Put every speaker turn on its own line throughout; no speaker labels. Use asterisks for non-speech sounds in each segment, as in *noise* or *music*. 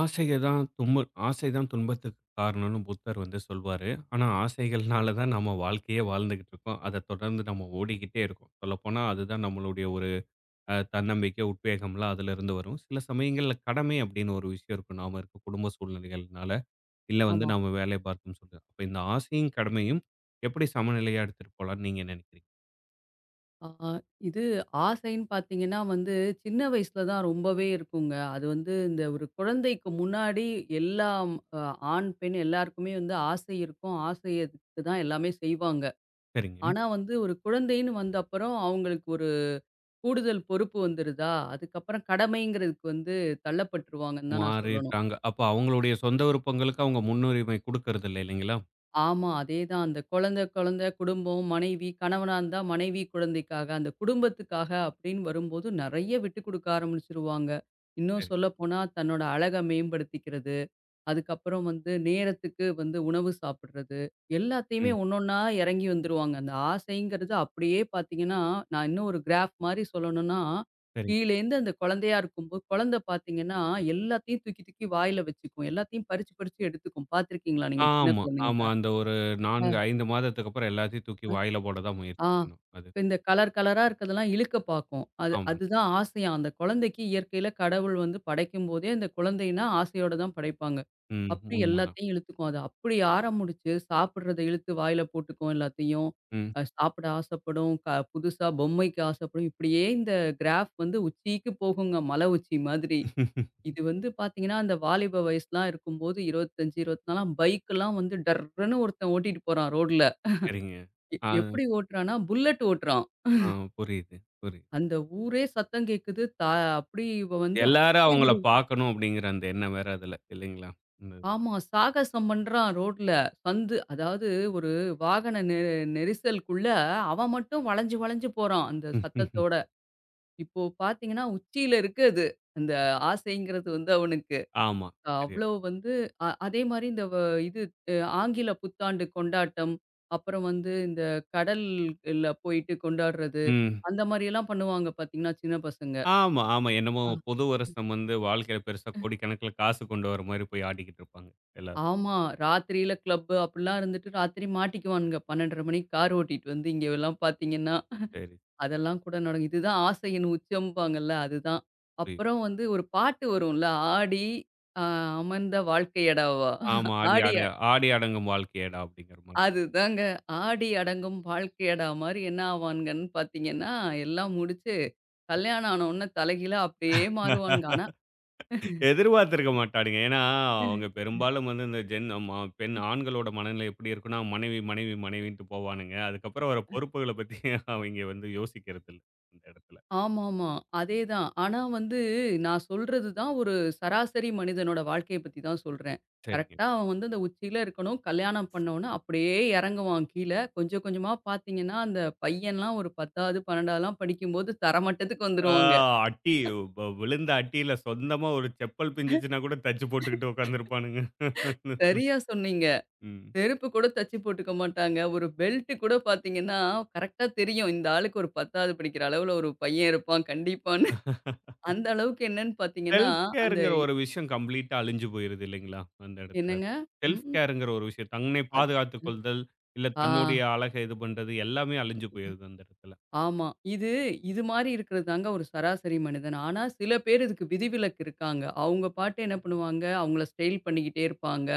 ஆசைய தான் தும்மு ஆசை தான் துன்பத்துக்கு காரணம்னு புத்தர் வந்து சொல்வாரு. ஆனா, ஆசைகள்னால தான் நம்ம வாழ்க்கையே வாழ்ந்துகிட்டு இருக்கோம். அத தொடர்ந்து நம்ம ஓடிக்கிட்டே இருக்கோம். சொல்லப்போனா அதுதான் நம்மளுடைய ஒரு தன்னம்பிக்கை, உத்வேகம்லாம் அதிலிருந்து வரும். சில சமயங்கள்ல கடமை அப்படின்னு ஒரு விஷயம் இருக்கும். நாம இருக்க குடும்ப சூழ்நிலைகள்னால, இல்ல வந்து
ஆமா.
நாம வேலை பார்க்கும் சூழ்நிலை. அப்ப இந்த ஆசையும், கடமையும் எப்படி சமநிலையா எடுத்துட்டு போலான்னு நீங்க நினைக்கிறீங்க?
ஆ இது ஆசைன்னு பார்த்தீங்கன்னா வந்து, சின்ன வயசுல தான் ரொம்பவே இருக்குங்க. அது வந்து இந்த ஒரு குழந்தைக்கு முன்னாடி எல்லாம் அ ஆண், பெண் எல்லாருக்குமே வந்து ஆசை இருக்கும். ஆசைக்கு தான் எல்லாமே செய்வாங்க.
சரிங்க.
ஆனா வந்து ஒரு குழந்தைன்னு வந்த அப்புறம் அவங்களுக்கு ஒரு கூடுதல் பொறுப்பு வந்துருதா, அதுக்கப்புறம் கடமைங்கிறதுக்கு வந்து தள்ளப்பட்டுருவாங்கன்னு தான் நான் சொல்லணும்.
மாறிட்டாங்க. அப்ப அவங்களுடைய சொந்த விருப்பங்களுக்கு அவங்க முன்னுரிமை குடுக்கறதில்ல இல்லைங்களா?
ஆமா. அதேதான். அந்த குழந்தை குழந்தை, குடும்பம், மனைவி, கணவனா இருந்தா மனைவி, குழந்தைக்காக, அந்த குடும்பத்துக்காக அப்படின்னு வரும்போது நெறைய விட்டு குடுக்க ஆரம்பிச்சுருவாங்க. இன்னும்
சரி.
சொல்லப்போனா தன்னோட அழக மேம்படுத்திக்கிறது, அதுக்கப்புறம் வந்து நேரத்துக்கு வந்து உணவு சாப்பிடுறது, எல்லாத்தையுமே
ம்.
ஒன்னொன்னா இறங்கி வந்துருவாங்க. அந்த ஆசைங்கிறது அப்படியே பார்த்தீங்கன்னா, நான் இன்னும் ஒரு கிராஃப் மாரி சொல்லணும்னா,
சரி.
கீழேருந்து அந்த குழந்தையா இருக்கும்போது, குழந்தை பார்த்தீங்கன்னா எல்லாத்தையும் தூக்கி தூக்கி வாயில வச்சுக்கும். எல்லாத்தையும் பறிச்சு பறிச்சு எடுத்துக்கும். பார்த்துருக்கீங்களா நீங்க சின்ன
ஆமா, ஆமா.
குழந்தைங்கள?
அந்த ஒரு 4, 5 மாதத்துக்கு அப்புறம் எல்லாத்தையும் தூக்கி
அ,
வாயில போட தான் முயற்சி
ஆ.
பண்ணும் அது.
இப்ப இந்த கலர் கலரா இருக்கிறதெல்லாம் இழுக்க பார்க்கும். அது
ஆமா.
அதுதான் ஆசையாம். அந்த குழந்தைக்கு இயற்கையில கடவுள் வந்து படைக்கும்போதே, அந்த குழந்தைன்னா ஆசையோட தான் படைப்பாங்க.
ம்.
அப்படி
உண்மதான்.
எல்லாத்தையும் இழுத்துக்கும். அது அப்படி ஆரம்பிச்சு சாப்பிடுறத இழுத்து வாயில போட்டுக்கும் எல்லாத்தையும்.
ம்.
சாப்பிட ஆசைப்படும். புதுசா பொம்மைக்கு ஆசைப்படும். இப்படியே இந்த கிராஃப் வந்து உச்சிக்கு போகுங்க. மலை உச்சி மாதிரி. இது வந்து பார்த்தீங்கன்னா, அந்த வாலிப வயசுலாம் இருக்கும்போது 25, 24 பைக்கெல்லாம் வந்து டர்ருன்னு ஒருத்தன் ஓட்டிட்டு போறான் ரோட்ல.
சரிங்க.
எ
ஆ,
எப்படி ஓட்டுறான்னா, புல்லட் ஓட்டுறான்.
ஆ புரியுது, புரியுது.
அந்த ஊரே சத்தம் கேட்குது. அப்படி இவன் வந்து
எல்லாரும்
அப்படி
அவங்கள
ஒரு
பார்க்கணும் அப்படிங்கிற அந்த எண்ணம் வேற அதுல இல்லைங்களா? இந்த
ஆமா. சாகசம் பண்றான் ரோட்ல. சந்து அதாவது ஒரு வாகன நெரிசலுக்குள்ள அவன் மட்டும் வளைஞ்சு வளைஞ்சு போறான், அந்த
இது.
சத்தத்தோட. இப்போ பார்த்தீங்கன்னா, உச்சியில இருக்கு அது. அந்த ஆசைங்கிறது வந்து அவனுக்கு.
ஆமா. சரியா
அவ்வளோ வந்து அதே மாரி இந்த வ இது அ ஆங்கில புத்தாண்டு கொண்டாட்டம், அப்புறம் வந்து இந்த கடல்ல போயிட்டு கொண்டாடுறது,
ம்.
அந்த மாரியெல்லாம் பண்ணுவாங்க பார்த்தீங்கன்னா, சின்ன பசங்க.
ஆமா, ஆமா. என்னமோ
ஆ.
புது வருஷம் வந்து வாழ்க்கையில பெருசா கோடிக்கணக்குல காசு கொண்டு வர மாரி போய் ஆடிக்கிட்டு இருப்பாங்க எல்லாரும்.
ஆமா. ராத்திரியில கிளப்பு அப்படிலாம் இருந்துட்டு ராத்திரி மாட்டிக்குவானுங்க. 12:30 மணிக்கு கார் ஓட்டிட்டு வந்து இங்க எல்லாம் பார்த்தீங்கன்னா,
சரி,
அதெல்லாம் கூட நடக்கும். இதுதான் ஆசையின் உச்சம்பாங்கல்ல அதுதான்.
புரியுது.
அப்புறம் வந்து ஒரு பாட்டு வரும்ல, "ஆடி அ அமர்ந்த வாழ்க்கையடாவா"
ஆமா. "ஆடி
ஆடி
ஆடி
அ-
ஆடி அடங்கும் வாழ்க்கையேடா" அப்படிங்கிற மாரி.
அதுதாங்க. ஆடி அடங்கும் வாழ்க்கையடா மாரி என்ன ஆவானுங்கன்னு பார்த்தீங்கன்னா, எல்லாம் முடிச்சு கல்யாணம் ஆன உடனே தலைகீழா அப்படியே மாறுவானுங்க. ஆனா
எதிர்பார்த்திருக்க மாட்டானுங்க. ஏன்னா, அவங்க பெரும்பாலும் வந்து இந்த ஜென் ம பெண் ஆண்களோட மனநிலை எப்படி இருக்குன்னா, மனைவி, மனைவி, மனைவின்ட்டு போவானுங்க. அதுக்கப்புறம் வர பொறுப்புகள பத்தி *laughs* அவைங்க வந்து யோசிக்கிறதில்ல, அந்த இடத்துல.
ஆமாமா. அதேதான். ஆனா வந்து நான் சொல்றது தான் ஒரு சராசரி மனிதனோட வாழ்க்கைய பத்தி தான் சொல்றேன்.
சரி.
கரெக்ட்டா அவன் வந்து அந்த உச்சியில இருக்கணும். கல்யாணம் பண்ணவுனே அப்படியே இறங்குவான் கீழ. கொஞ்சம் கொஞ்சமா பார்த்தீங்கன்னா, அந்த பையன்லாம் ஒரு 10வது, 12வதுலாம் படிக்கும்போது தரமட்டத்துக்கு
ஆ
வந்துருவாங்க.
அடி வ விழுந்த அடியில சொந்தமா ஒரு செப்பல் பிஞ்சுச்சுன்னா கூட தச்சு போட்டுக்கிட்டு உட்காந்துருப்பானுங்க.
சரியா சொன்னீங்க.
ம்.
செருப்பு கூட தச்சு போட்டுக்க மாட்டாங்க. ஒரு பெல்ட் கூட பார்த்தீங்கன்னா, கரெக்ட்டா தெரியும். இந்த ஆளுக்கு ஒரு 10வது படிக்கிற அளவுல ஒரு பையன் இருப்பான் கண்டிப்பான்னு. அந்த அளவுக்கு என்னன்னு பார்த்தீங்கன்னா,
செல்ஃப்
அந்த
கேர்ங்கிற ஒரு விஷயம் கம்ப்ளீட்டா அழிஞ்சு போயிருது இல்லைங்களா? அந்த இடத்துல.
என்னங்க?
செல்ஃப்
ம்.
கேர்ங்கிற ஒரு விஷயம். தன்னை
அது
பாதுகாத்துக்
அ.
கொள்தல், இல்ல
ஆ.
தன்னுடைய அழக இது பண்றது எல்லாமே அழிஞ்சு போயிருது அந்த இடத்துல.
ஆமா. இது இது மாரி இருக்கிறது தாங்க ஒரு சராசரி மனிதன். ஆனா, சில பேர் இதுக்கு விதிவிலக்கு இருக்காங்க. அவங்க பாட்டு என்ன பண்ணுவாங்க, அவங்கள ஸ்டைல் பண்ணிக்கிட்டே இருப்பாங்க.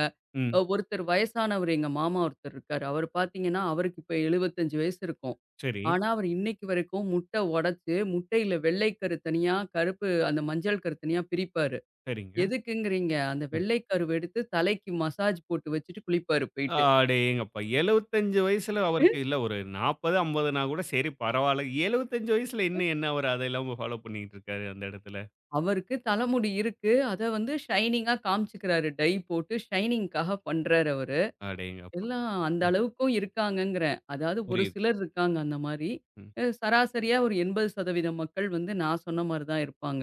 ம்.
ஒருத்தர் வயசானவர் எங்க மாமா ஒருத்தர் இருக்காரு. அவர் பார்த்தீங்கன்னா, அவருக்கு இப்ப 75 வயசு இருக்கும்.
சரி,
ஆனா, அவர் இன்னைக்கு வரைக்கும் முட்டை உடைச்சு, முட்டையில வெள்ளை கரு தனியா, கருப்பு அந்த மஞ்சள் கரு தனியா பிரிப்பாரு.
சரிங்க.
எதுக்குங்கிறீங்க? அந்த
ம்.
வெள்ளை கருவ எடுத்து தலைக்கு மசாஜ் போட்டு வச்சுட்டு குளிப்பாரு போயிட்டு.
அடேங்கப்பா! 75 வயசுல அவருக்கு இல்ல ஒரு 40, 50னா கூட சரி பரவால்ல. 75 வயசுல இன்னும் என்ன அவரு அத இல்லாம ஃபாலோ பண்ணிட்டு இருக்காரு அந்த இடத்துல.
அவருக்கு தலைமுடி இருக்கு. அத வந்து ஷைனிங்கா காமிச்சுக்கிறாரு. டை போட்டு ஷைனிங்க்காக பண்றாரு அவரு.
அடேங்கப்பா!
எல்லாம் அந்த
ம்.
அளவுக்கும் இருக்காங்கங்கிறேன். அதாவது ஒரு
புரியுது.
சிலர் இருக்காங்க அந்த மாரி.
ம்.
சராசரியா ஒரு 80% மக்கள் வந்து நான் சொன்ன மாரி தான் இருப்பாங்க.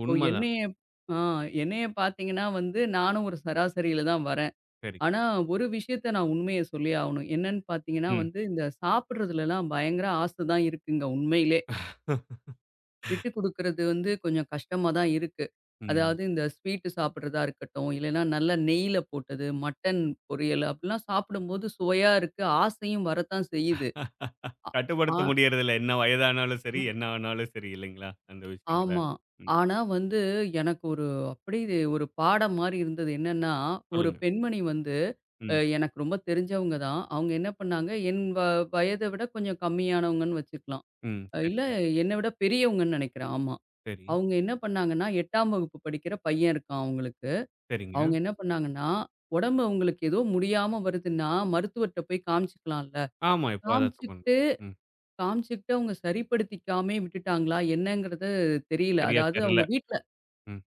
இப்போ
உண்மதான்.
என்னைய ஆ என்னைய பார்த்தீங்கன்னா வந்து நானும் ஒரு சராசரியில தான் வரேன்.
சரி.
ஆனா ஒரு விஷயத்த நான் உண்மைய சொல்லியே ஆவணும். என்னன்னு பார்த்தீங்கன்னா
ம்.
வந்து இந்த சாப்பிடுறதுலலாம் பயங்கர ஆசை தான் இருக்குங்க உண்மையிலே.
*laughs*
விட்டு குடுக்குறது வந்து கொஞ்சம் கஷ்டமா தான் இருக்கு.
ம்.
அதாவது இந்த ஸ்வீட்டு சாப்பிடுறதா இருக்கட்டும், இல்லைன்னா நல்லா நெய்யில போட்டது, மட்டன் பொரியல் அப்படிலாம் சாப்பிடும்போது சுவையா இருக்கு. ஆசையும் வரத்தான் செய்யுது. அ ஆ
கட்டுப்படுத்த முடியறதில்ல. என்ன வயதானாலும் சரி, என்ன ஆனாலும் சரி இல்லைங்களா? அந்த விஷயங்கள.
ஆமா.
ம்.
ஆனா வந்து எனக்கு ஒரு அப்படியே ஒரு பாடம் மாரி இருந்தது. என்னன்னா, ஒரு
சொல்லுங்க.
பெண்மணி வந்து
ம்.
எனக்கு ரொம்ப தெரிஞ்சவங்க தான். அவங்க என்ன பண்ணாங்க, என் வயத விட கொஞ்சம் கம்மியானவங்கன்னு வச்சுக்கலாம்.
ம்.
இல்ல
சரிங்க.
என்ன விட பெரியவங்கன்னு நினைக்கிறேன். ஆமா.
சரி.
அவங்க என்ன பண்ணாங்கன்னா, 8ஆம் வகுப்பு படிக்கிற பையன் இருக்கான் அவங்களுக்கு.
சரிங்க.
அவங்க என்ன பண்ணாங்கன்னா, உடம்பு அவங்களுக்கு ஏதோ முடியாம வருதுன்னா, மருத்துவர்ட்ட போய் காமிச்சுக்கலாம்ல.
ஆமா. இப்போ அதான் *unintelligible*
காமிச்சுக்கிட்டு
ம்.
காமிச்சுக்கிட்டு அவங்க சரிப்படுத்திக்காமயே விட்டுட்டாங்களா என்னங்கிறது தெரியல.
சரியா
அதாவது
தெர்ல.
அவங்க வீட்ல
ம்.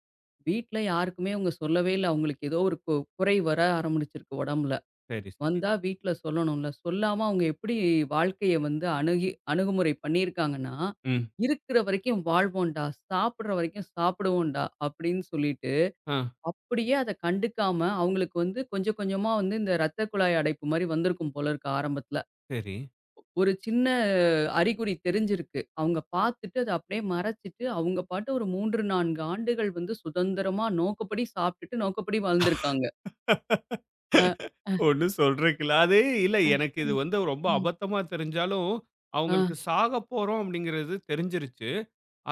வீட்ல யாருக்குமே அவங்க சொல்லவே இல்ல. அவங்களுக்கு ஏதோ ஒரு குறை வர ஆரம்பிச்சிருக்கு உடம்புல.
சரி, சரி.
வந்தா வீட்ல சொல்லணும்ல. சொல்லாம அவங்க எப்படி வாழ்க்கைய வந்து அணுகுமுறை பண்ணியிருக்காங்கன்னா,
ம்.
"இருக்கிற வரைக்கும் வாழ்வோம்டா, சாப்பிடுற வரைக்கும் சாப்பிடுவோம்டா" அப்படின்னு சொல்லிட்டு,
ஆ.
அப்படியே அத கண்டுக்காம அவங்களுக்கு வந்து கொஞ்சம் கொஞ்சமா வந்து இந்த ரத்த குழாய் அடைப்பு மாரி வந்திருக்கும் போல இருக்கு ஆரம்பத்துல.
சரி.
ஒரு சின்ன அறிகுறி தெரிஞ்சிருக்கு. அவங்க பார்த்துட்டு அத அப்படியே மறைச்சிட்டு, அவங்க பாட்டு ஒரு 3, 4 ஆண்டுகள் வந்து சுதந்திரமா நோக்கப்படி சாப்பிட்டுட்டு, நோக்கப்படி வாழ்ந்திருக்காங்க. அ, அ,
ஒண்ணும் சொல்றதுக்கு இல்ல. அது இல்ல எனக்கு இது வந்து ரொம்ப
ம்.
அபத்தமா தெரிஞ்சாலும்,
ஆ,
அவங்களுக்கு சாகப்போறோம் அப்படிங்கிறது தெரிஞ்சிருச்சு.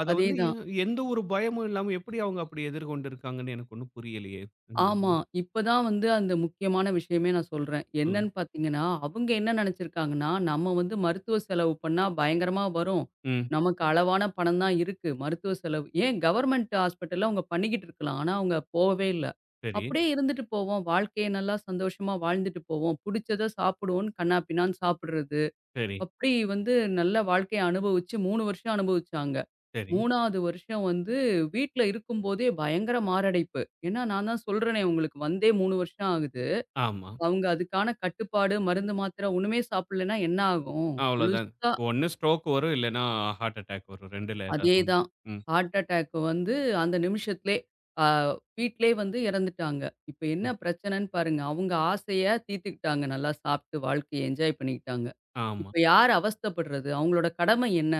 அத வந்து
அதேதான்.
எந்த ஒரு பயமும் இல்லாம எப்படி அவங்க அப்படி எதிர்கொண்டு இருக்காங்கன்னு எனக்கு ஒண்ணும் புரியலையே! அந்த இதுல.
ஆமா. இப்ப தான் வந்து அந்த முக்கியமான விஷயமே நான் சொல்றேன்.
சொல்லுங்க.
என்னன்னு பார்த்தீங்கன்னா, அவங்க என்ன நெனச்சிருக்காங்கன்னா, நம்ம வந்து மருத்துவ செலவு பண்ணா பயங்கரமா வரும்.
ம்.
நமக்கு அளவான பணம் தான் இருக்கு. மருத்துவ செலவு ஏன் கவர்மெண்ட் ஹாஸ்பிட்டல்ல அவங்க பண்ணிக்கிட்டு இருக்கலாம். ஆனா, அவங்க போவே இல்ல.
சரி,
அப்படியே இருந்துட்டு போவோம். வாழ்க்கைய நல்லா சந்தோஷமா வாழ்ந்துட்டு போவோம். புடிச்சத சாப்பிடுவோம்னு கன்னா பின்னான்னு சாப்பிடுறது.
சரி,
அப்படி வந்து நல்ல வாழ்க்கைய அனுபவிச்சு 3 வருஷம் அனுபவிச்சாங்க.
சரி.
3வது வருஷம் வந்து வீட்ல இருக்கும்போதே பயங்கர மாரடைப்பு. ஏன்னா நான் தான் சொல்றேனே உங்களுக்கு வந்தே 3 வருஷம் ஆகுது.
ஆமா.
அவங்க அதுக்கான கட்டுப்பாடு, மருந்து, மாத்திரை ஒண்ணுமே சாப்பிடலன்னா என்ன ஆகும்?
அவ்வளோதான்.
முழுசா
ஒண்ணு ஸ்ட்ரோக் வரும், இல்லன்னா ஹார்ட் அட்டாக் வரும். 2ல ஏதாவது ஒண்ணு.
அதேதான்.
ம்.
ஹார்ட் அட்டாக் வந்து அந்த நிமிஷத்திலே அ வீட்லயே வந்து இறந்துட்டாங்க. இப்ப என்ன
ம்.
பிரச்சனைன்னு பாருங்க. அவங்க ஆசைய தீர்த்துக்கிட்டாங்க. நல்லா சாப்பிட்டு வாழ்க்கைய என்ஜாய் பண்ணிக்கிட்டாங்க.
ஆமா.
இப்ப யார் அவஸ்தைப்படுறது? அவங்களோட கடமை என்ன?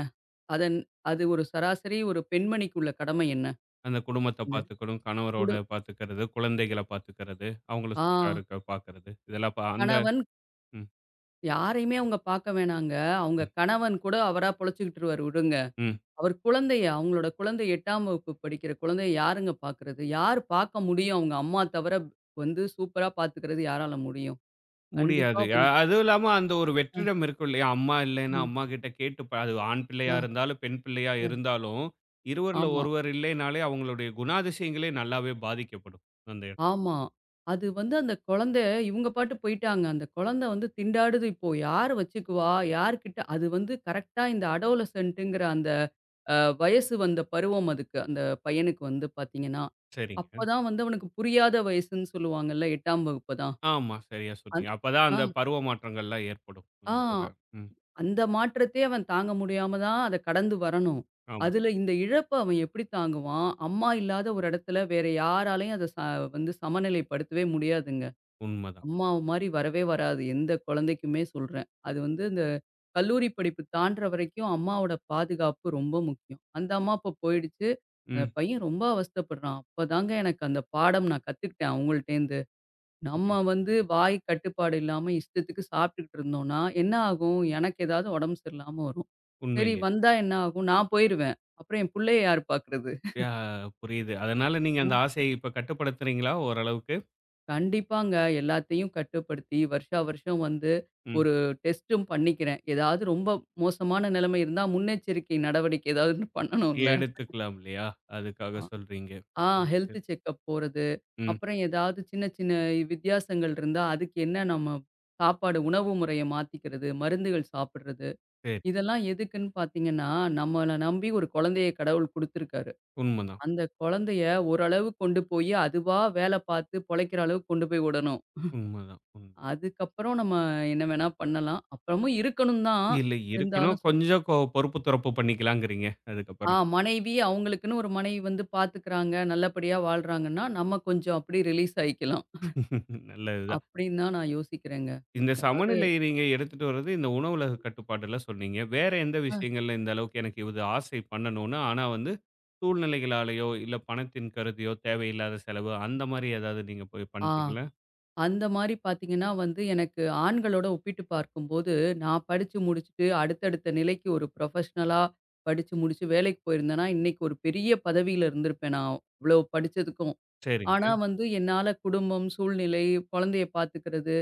அதன் அது ஒரு சராசரி ஒரு பெண்மணிக்குள்ள கடமை என்ன?
அந்த குடும்பத்த
இந்த
பார்த்துக்கணும்,
குடு
கணவரோட பார்த்துக்கிறது, குழந்தைகள பார்த்துக்கிறது, அவங்கள
ஆ
சுட்டாருக்க பார்க்கிறது. இதெல்லாம் பா அந்த
கணவன்
ம்.
யாரையுமே அவங்க பாக்க வேணாங்க. அவங்க கணவன் கூட அவரா பொழச்சுக்கிட்டுருவாரு விடுங்க.
ம்.
அவர் குழந்தைய அவங்களோட குழந்தை 8ஆம் வகுப்பு படிக்கிற குழந்தைய யாருங்க பாக்குறது? யார் பாக்க முடியும்? அவங்க அம்மா தவிர வந்து சூப்பரா பாத்துக்கிறது யாரால முடியும்? கண்டிப்பா
முடியாது.
வந்து
அதுவும் இல்லாம அந்த ஒரு வெற்றிடம் இருக்கும் இல்லையா? அம்மா இல்லைன்னா,
ம்.
அம்மாகிட்ட கேட்டு ப அது ஆண் பிள்ளையா
ஆ,
இருந்தாலும், பெண் பிள்ளையா
அ
இருந்தாலும், இருவர்ல
ஆமா.
ஒருவர் இல்லைனாலே அவங்களுடைய குணாதிசயங்களே நல்லாவே பாதிக்கப்படும். அந்த இடத்
ஆமா. அது வந்து அந்த குழந்தை இவங்க பாட்டு போயிட்டாங்க. அந்த குழந்தை வந்து திண்டாடுது இப்போ. யார் வச்சுக்குவா? யார்கிட்ட அது வந்து கரெக்ட்டா இந்த அடோலசன்ட்டுங்கிற அந்த அ வயசு வந்த பருவம் அதுக்கு. அந்த பையனுக்கு வந்து பார்த்தீங்கன்னா.
சரிங்க.
அப்பதான் வந்து அவனுக்கு புரியாத வயசுன்னு சொல்லுவாங்கல்ல 8ஆம் வகுப்பு தான்.
ஆமா, சரியா
அந்
சொன்னீங்க. அப்பதான்
ஆ,
அந்த பருவ மாற்றங்கள்லாம் ஏற்படும்.
ஆ
அந்த இதுல. ம்.
அந்த மாற்றத்தையே அவன் தாங்க முடியாம தான் அத கடந்து வரணும்.
ஆமா.
அதுல இந்த இழப்ப அவன் எப்படி தாங்குவான்? அம்மா இல்லாத ஒரு இடத்துல வேற யாராலயும் அத ச வந்து சமநிலைப்படுத்தவே முடியாதுங்க.
உண்மதான்.
அம்மாவு மாரி வரவே வராது. எந்த குழந்தைக்குமே சொல்றேன். அது வந்து இந்த கல்லூரி படிப்பு தாண்டுற வரைக்கும் அம்மாவோட பாதுகாப்பு ரொம்ப முக்கியம். அந்த அம்மா இப்ப போயிடுச்சு. அந்த
ம்.
பையன் ரொம்ப அவஸ்தைப்படுறான். அப்பதாங்க எனக்கு அந்த பாடம் நான் கத்துக்கிட்டேன் அவங்கள்ட்டேருந்து. நம்ம
புரியுது.
வந்து வாய் கட்டுப்பாடு இல்லாம இஷ்டத்துக்கு சாப்பிட்டுக்கிட்டு இருந்தோம்னா, என்ன ஆகும்? எனக்கு ஏதாவது உடம்பு சரியில்லாம வரும். சரி
உண்மையிலே.
வந்தா என்ன ஆகும்? நான் போயிருவேன். அப்புறம் என் புள்ளைய யார் பார்க்கறது?
யா புரியுது. அதனால நீங்க அந்த ஆசைய இப்ப கட்டுப்படுத்துறீங்களா ஓரளவுக்கு?
கண்டிப்பாங்க. எல்லாத்தையும் கட்டுப்படுத்தி, வருஷா வருஷம் வந்து
ம்.
ஒரு டெஸ்ட்டும் பண்ணிக்கிறேன். ஏதாவது ரொம்ப மோசமான நிலைமை இருந்தா, முன்னெச்சரிக்கை நடவடிக்கை ஏதாவது பண்ணணும்ல.
எடுத்துக்கலாம் இல்லையா?
அ
அதுக்காக சொல்றீங்க.
ஆ
சரி,
ஹெல்த்
சரி.
செக்கப் போறது.
ம்.
அப்புறம் ஏதாவது சின்ன சின்ன வித்தியாசங்கள் இருந்தா, அதுக்கு என்ன நம்ம சாப்பாடு உணவு முறைய மாத்திக்கிறது, மருந்துகள் சாப்பிடுறது.
சரி.
இதெல்லாம் எதுக்குன்னு பார்த்தீங்கன்னா, நம்மள நம்பி ஒரு குழந்தைய கடவுள் குடுத்துருக்காரு.
உண்மதான்.
அந்த குழந்தைய ஓரளவு கொண்டு போயி, அதுவா வேல பார்த்து பொழைக்கிற அளவுக்கு கொண்டு போய் விடணும்.
உண்மதான். உண்ம.
அதுக்கப்புறம் நம்ம என்ன வேணா பண்ணலாம். அப்புறமும் இருக்கணும் தான்.
இல்ல இருக்கணும்.
இருந்தாலும் சொ
கொஞ்சம் பொறுப்பு துறப்பு பண்ணிக்கலாங்கிறீங்க
ஆ
அதுக்கப்புறம்.
மனைவி அவங்களுக்குன்னு ஒரு மனைவி வந்து பார்த்துக்கிறாங்க, நல்லபடியா வாழ்றாங்கன்னா, நம்ம கொஞ்சம் அப்படி ரிலீஸ் ஆயிக்கலாம்.
*laughs* நல்லது தான்.
அப்படின்னு தான் நான் யோசிக்கிறேங்க.
இந்த
அதாவது
சமநிலை நீங்க எடுத்துட்டு வர்றது இந்த உணவுல கட்டுப்பாடுல சொன்னீங்க. வேற எந்த விஷயங்கள்ல இந்த அளவுக்கு எனக்கு இது ஆசை பண்ணணும்னு, ஆனா வந்து சூழ்நிலைகளாலயோ, இல்ல பணத்தின் கருதியோ தேவையில்லாத செலவு அந்த மாரி ஏதாவது நீங்க போய்
ஆ
பண்றீங்களா?
அந்த மாரி பார்த்தீங்கன்னா வந்து, எனக்கு ஆண்களோட ஒப்பிட்டு பார்க்கும்போது, நான் படிச்சு முடிச்சுட்டு அடுத்தடுத்த நிலைக்கு ஒரு ப்ரொஃபஷனலா படிச்சு முடிச்சு வேலைக்கு போயிருந்தேன்னா, இன்னைக்கு ஒரு பெரிய பதவியில இருந்திருப்பேன் நான். இவ்வளோ படிச்சதுக்கும்.
சரிங்க.
ஆனா வந்து என்னால குடும்பம், சூழ்நிலை, குழந்தைய பார்த்துக்கிறது,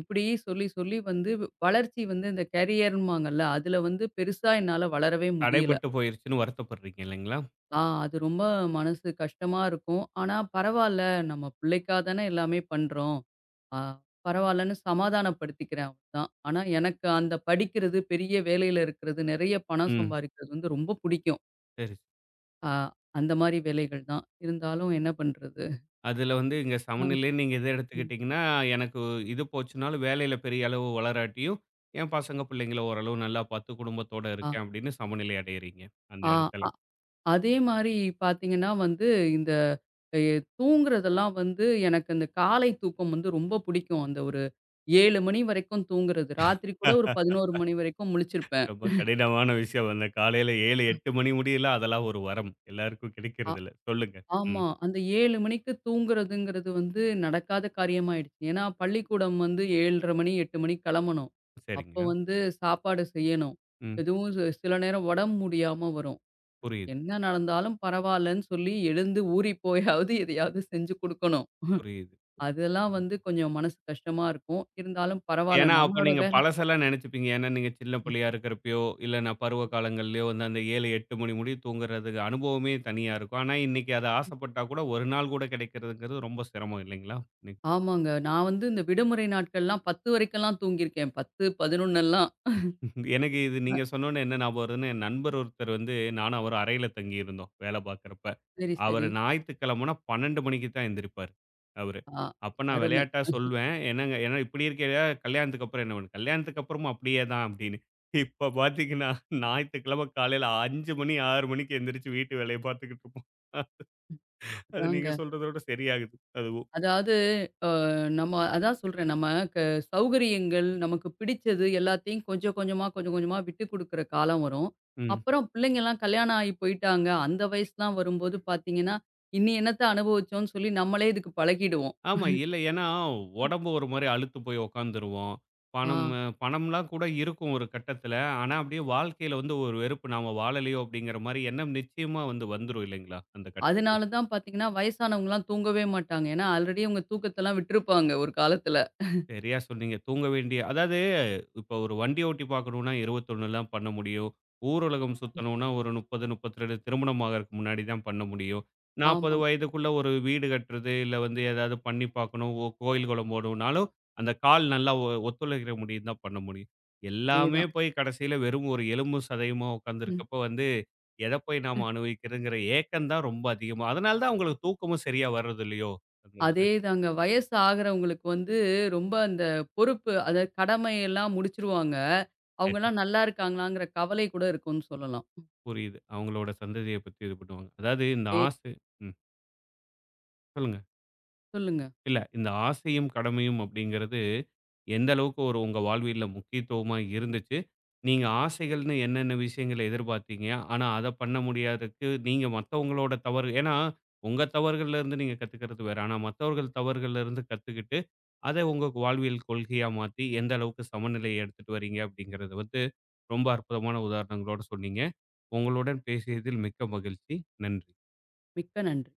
இப்படி சொல்லி சொல்லி வந்து வளர்ச்சி வந்து இந்த கரியர்ம்பாங்கல்ல, அதுல வந்து பெருசா என்னால வளரவே முடியல.
தடைபட்டு போயிருச்சுன்னு வருத்தப்படுறீங்க இல்லைங்களா?
அது ரொம்ப மனசு கஷ்டமா இருக்கும். ஆனா பரவால்ல, நம்ம பிள்ளைக்கா தானே எல்லாமே பண்றோம். ஆ பரவால்லன்னு சமாதானப்படுத்திக்கிறேன் அவ்ளோதான். ஆனா எனக்கு அந்த படிக்கிறது, பெரிய வேலையில இருக்கிறது, நெறைய பணம்
ம்.
சம்பாரிக்கிறது வந்து ரொம்ப புடிக்கும்.
சரி.
ஆ அந்த மாரி வேலைகள் தான். இருந்தாலும் என்ன பண்றது?
அதில வந்து இங்க
ஆ,
சமநிலைன்னு நீங்க இத
ம்.
எடுத்துக்கிட்டீங்கன்னா, எனக்கு இது போச்சுனாலும் வேலையில பெரிய அளவு வளராட்டியும், என் பசங்க, பிள்ளைங்கள ஓரளவு நல்லா பார்த்து குடும்பத்தோட
ஆ,
இருக்கேன் அப்படின்னு சமநிலை அடையறீங்க, அந்த
ஆ,
இடத்துல.
அ. அதே மாரி பார்த்தீங்கன்னா வந்து, இந்த எ தூங்குறதெல்லாம் வந்து எனக்கு அந்த காலை தூக்கம் வந்து ரொம்ப புடிக்கும். அந்த ஒரு 7 மணி வரைக்கும் தூங்குறது. ராத்திரி கூட ஒரு 11 மணி வரைக்கும் முழிச்சிருப்பேன்.
ரொம்ப கடினமான விஷயம். அந்த காலையில 7, 8 மணி முடியலாம் அதெல்லாம் ஒரு வரம். எல்லாருக்கும்
ஆ
கிடைக்கிறதில்ல. சொல்லுங்க. ம்.
ஆமா. அந்த 7 மணிக்கு தூங்குறதுங்கிறது வந்து நடக்காத காரியமாயிடுச்சு. ஏன்னா, பள்ளிக்கூடம் வந்து 7:30 மணி, 8 மணிக்கு கெளம்பணும்.
சரிங்க.
அப்போ வந்து சாப்பாடு செய்யணும்.
ம்.
எதுவும் சில நேரம் உடம்பு முடியாம வரும்.
புரியுது,
என்ன நடந்தாலும் பரவால்லன்னு சொல்லி எழுந்து ஊறி போயாவது எதையாவது செஞ்சு குடுக்கணும்.
புரியுது.
அதெல்லாம் வந்து கொஞ்சம் மனசு கஷ்டமா இருக்கும். இருந்தாலும் பரவால்ல.
ஏன்னா, அப்ப
நம்மளோட
நீங்க
வேலை
பழசெல்லாம் நினைச்சுப்பீங்க. ஏன்னா, நீங்க சின்ன
ம்.
பிள்ளையா இருக்கிறப்பயோ, இல்ல நான் பருவ காலங்கள்லயோ வந்து அந்த 7, 8 மணி முடிய தூங்குறது அனுபவமே தனியா இருக்கும். ஆனா, இன்னைக்கு அத ஆசைப்பட்டா கூட ஒரு நாள் கூட கிடைக்கிறதுங்கிறது ரொம்ப சிரமம் இல்லைங்களா?
ஆமாங்க. நான் வந்து இந்த விடுமுறை நாட்கள்லாம் 10 வரைக்கெல்லாம் தூங்கியிருக்கேன். 10, 11ல்லாம்.
எனக்கு இது நீங்க சொன்னோனே என்ன ஞாபகம் வருதுன்னா, என் நண்பர் ஒருத்தர் வந்து நானும் அவரும் அறையில தங்கியிருந்தோம் வேலை பார்க்குறப்ப.
சரி,
அவரு
சரி.
ஞாயித்துக்கிழமைனா 12 மணிக்கு தான் எந்திரிப்பாரு அவரு.
ஆ
அப்ப நான்
அருமை.
விளையாட்டா சொல்வேன். "என்னங்க ஏன்னா இப்படி இருக்கையில கல்யாணத்துக்கு அப்புறம் என்ன பண்ண?" "கல்யாணத்துக்கு அப்புறமும் அப்படியே தான்" அப்படின்னு. இப்ப பார்த்தீங்கன்னா, ஞாயித்துக்கிழமை காலையில 5 மணி 6 மணிக்கு எந்திரிச்சு வீட்டு வேலைய பார்த்துக்கிட்டு இருப்போம். அது நீங்க
அதாங்க.
சொல்றதோட சரியாகுது அதுவும்.
அதாவது நம்ம அதான் சொல்றேன். நம்ம க சௌகரியங்கள், நமக்கு பிடிச்சது எல்லாத்தையும் கொஞ்சம் கொஞ்சமா, கொஞ்சம் கொஞ்சமா விட்டு குடுக்குற காலம் வரும்.
ம்.
அப்புறம் பிள்ளைங்கலாம் கல்யாணம் ஆகி போயிட்டாங்க. அந்த வயசுலாம் வரும்போது பார்த்தீங்கன்னா, "இனி என்னத்த அனுபவிச்சோம்ன்னு" சொல்லி நம்மளே இதுக்கு பழகிடுவோம்.
ஆமா. இல்ல. ஏன்னா, உடம்பு ஒரு மாரி அலுத்து போய் உட்காந்துருவோம். பணம்
ஆ.
பணம்லாம் கூட இருக்கும் ஒரு கட்டத்துல. ஆனா, அப்படியே வாழ்க்கையில வந்து ஒரு வெறுப்பு. நாம வாழலையோ அப்படிங்கிற மாரி எண்ணம் நிச்சயமா வந்து வந்துரும் இல்லைங்களா? அந்த கட்டத்துல.
அதனால தான் பார்த்தீங்கன்னா, வயசானவங்கலாம் தூங்கவே மாட்டாங்க. ஏன்னா, ஆல்ரெடி அவங்க தூக்கத்தெல்லாம் விட்டுருப்பாங்க ஒரு காலத்துல.
சரியா சொன்னீங்க. தூங்க வேண்டிய அதாவது இப்போ ஒரு வண்டி ஓட்டி பார்க்கணும்னா 21லாம் பண்ண முடியும். ஊருலகம் சுத்தணும்னா ஒரு 30, 32 திருமணம் ஆகறதுக்கு முன்னாடி தான் பண்ண முடியும். 40
ஆமா.
வயதுக்குள்ள ஒரு வீடு கட்டுறது, இல்ல வந்து ஏதாவது பண்ணி பார்க்கணும், கோயில் குளம் போணும்னாலும் அந்த கால் நல்லா ஒத்துழைக்கிற முடியும் தான் பண்ண முடியும். எல்லாமே
அதேதான்.
போய் கடைசியில வெறும் ஒரு எலும்பும் சதையுமா
ம்.
உட்காந்துருக்கப்போ வந்து எத போய் நாம அனுபவிக்கிறதுங்கிற ஏக்கம் தான் ரொம்ப அதிகமா அதனால தான் உங்களுக்கு தூக்கமும் சரியா வர்றது இல்லையோ? அந்த இதுல.
அதேதாங்க. வயசு ஆகுறவங்களுக்கு வந்து ரொம்ப அந்த பொறுப்பு, அதாவது கடமையெல்லாம் முடிச்சுருவாங்க.
சரி.
அவங்கலாம் நல்லா இருக்காங்களாங்கிற கவலை கூட இருக்கும்னு சொல்லலாம்.
புரியுது. அவங்களோட சந்ததிய பத்தி இது பண்ணுவாங்க. அதாவது இந்த
ஏ
ஆசை ம். சொல்லுங்க.
சொல்லுங்க.
இல்ல இந்த ஆசையும், கடமையும் அப்படிங்கிறது எந்த அளவுக்கு ஒரு உங்க வாழ்வியல்ல முக்கியத்துவமா இருந்துச்சு? நீங்க ஆசைகள்னு என்னென்ன விஷயங்கள எதிர்பார்த்தீங்க? ஆனா அத பண்ண முடியாததுக்கு நீங்க மத்தவங்களோட தவறு ஏன்னா உங்க தவறுகள்ல இருந்து நீங்க கத்துக்கிறது வேற. ஆனா மத்தவர்கள் தவறுகள்ல இருந்து கத்துக்கிட்டு, அத உங்க வாழ்வியல் கொள்கையா மாத்தி எந்த அளவுக்கு சமநிலையை எடுத்துட்டு வரீங்க அப்படிங்கிறத வந்து ரொம்ப அற்புதமான உதாரணங்களோட சொன்னீங்க. உங்களுடன் பேசியதில் மிக்க மகிழ்ச்சி. நன்றி.
மிக்க நன்றி.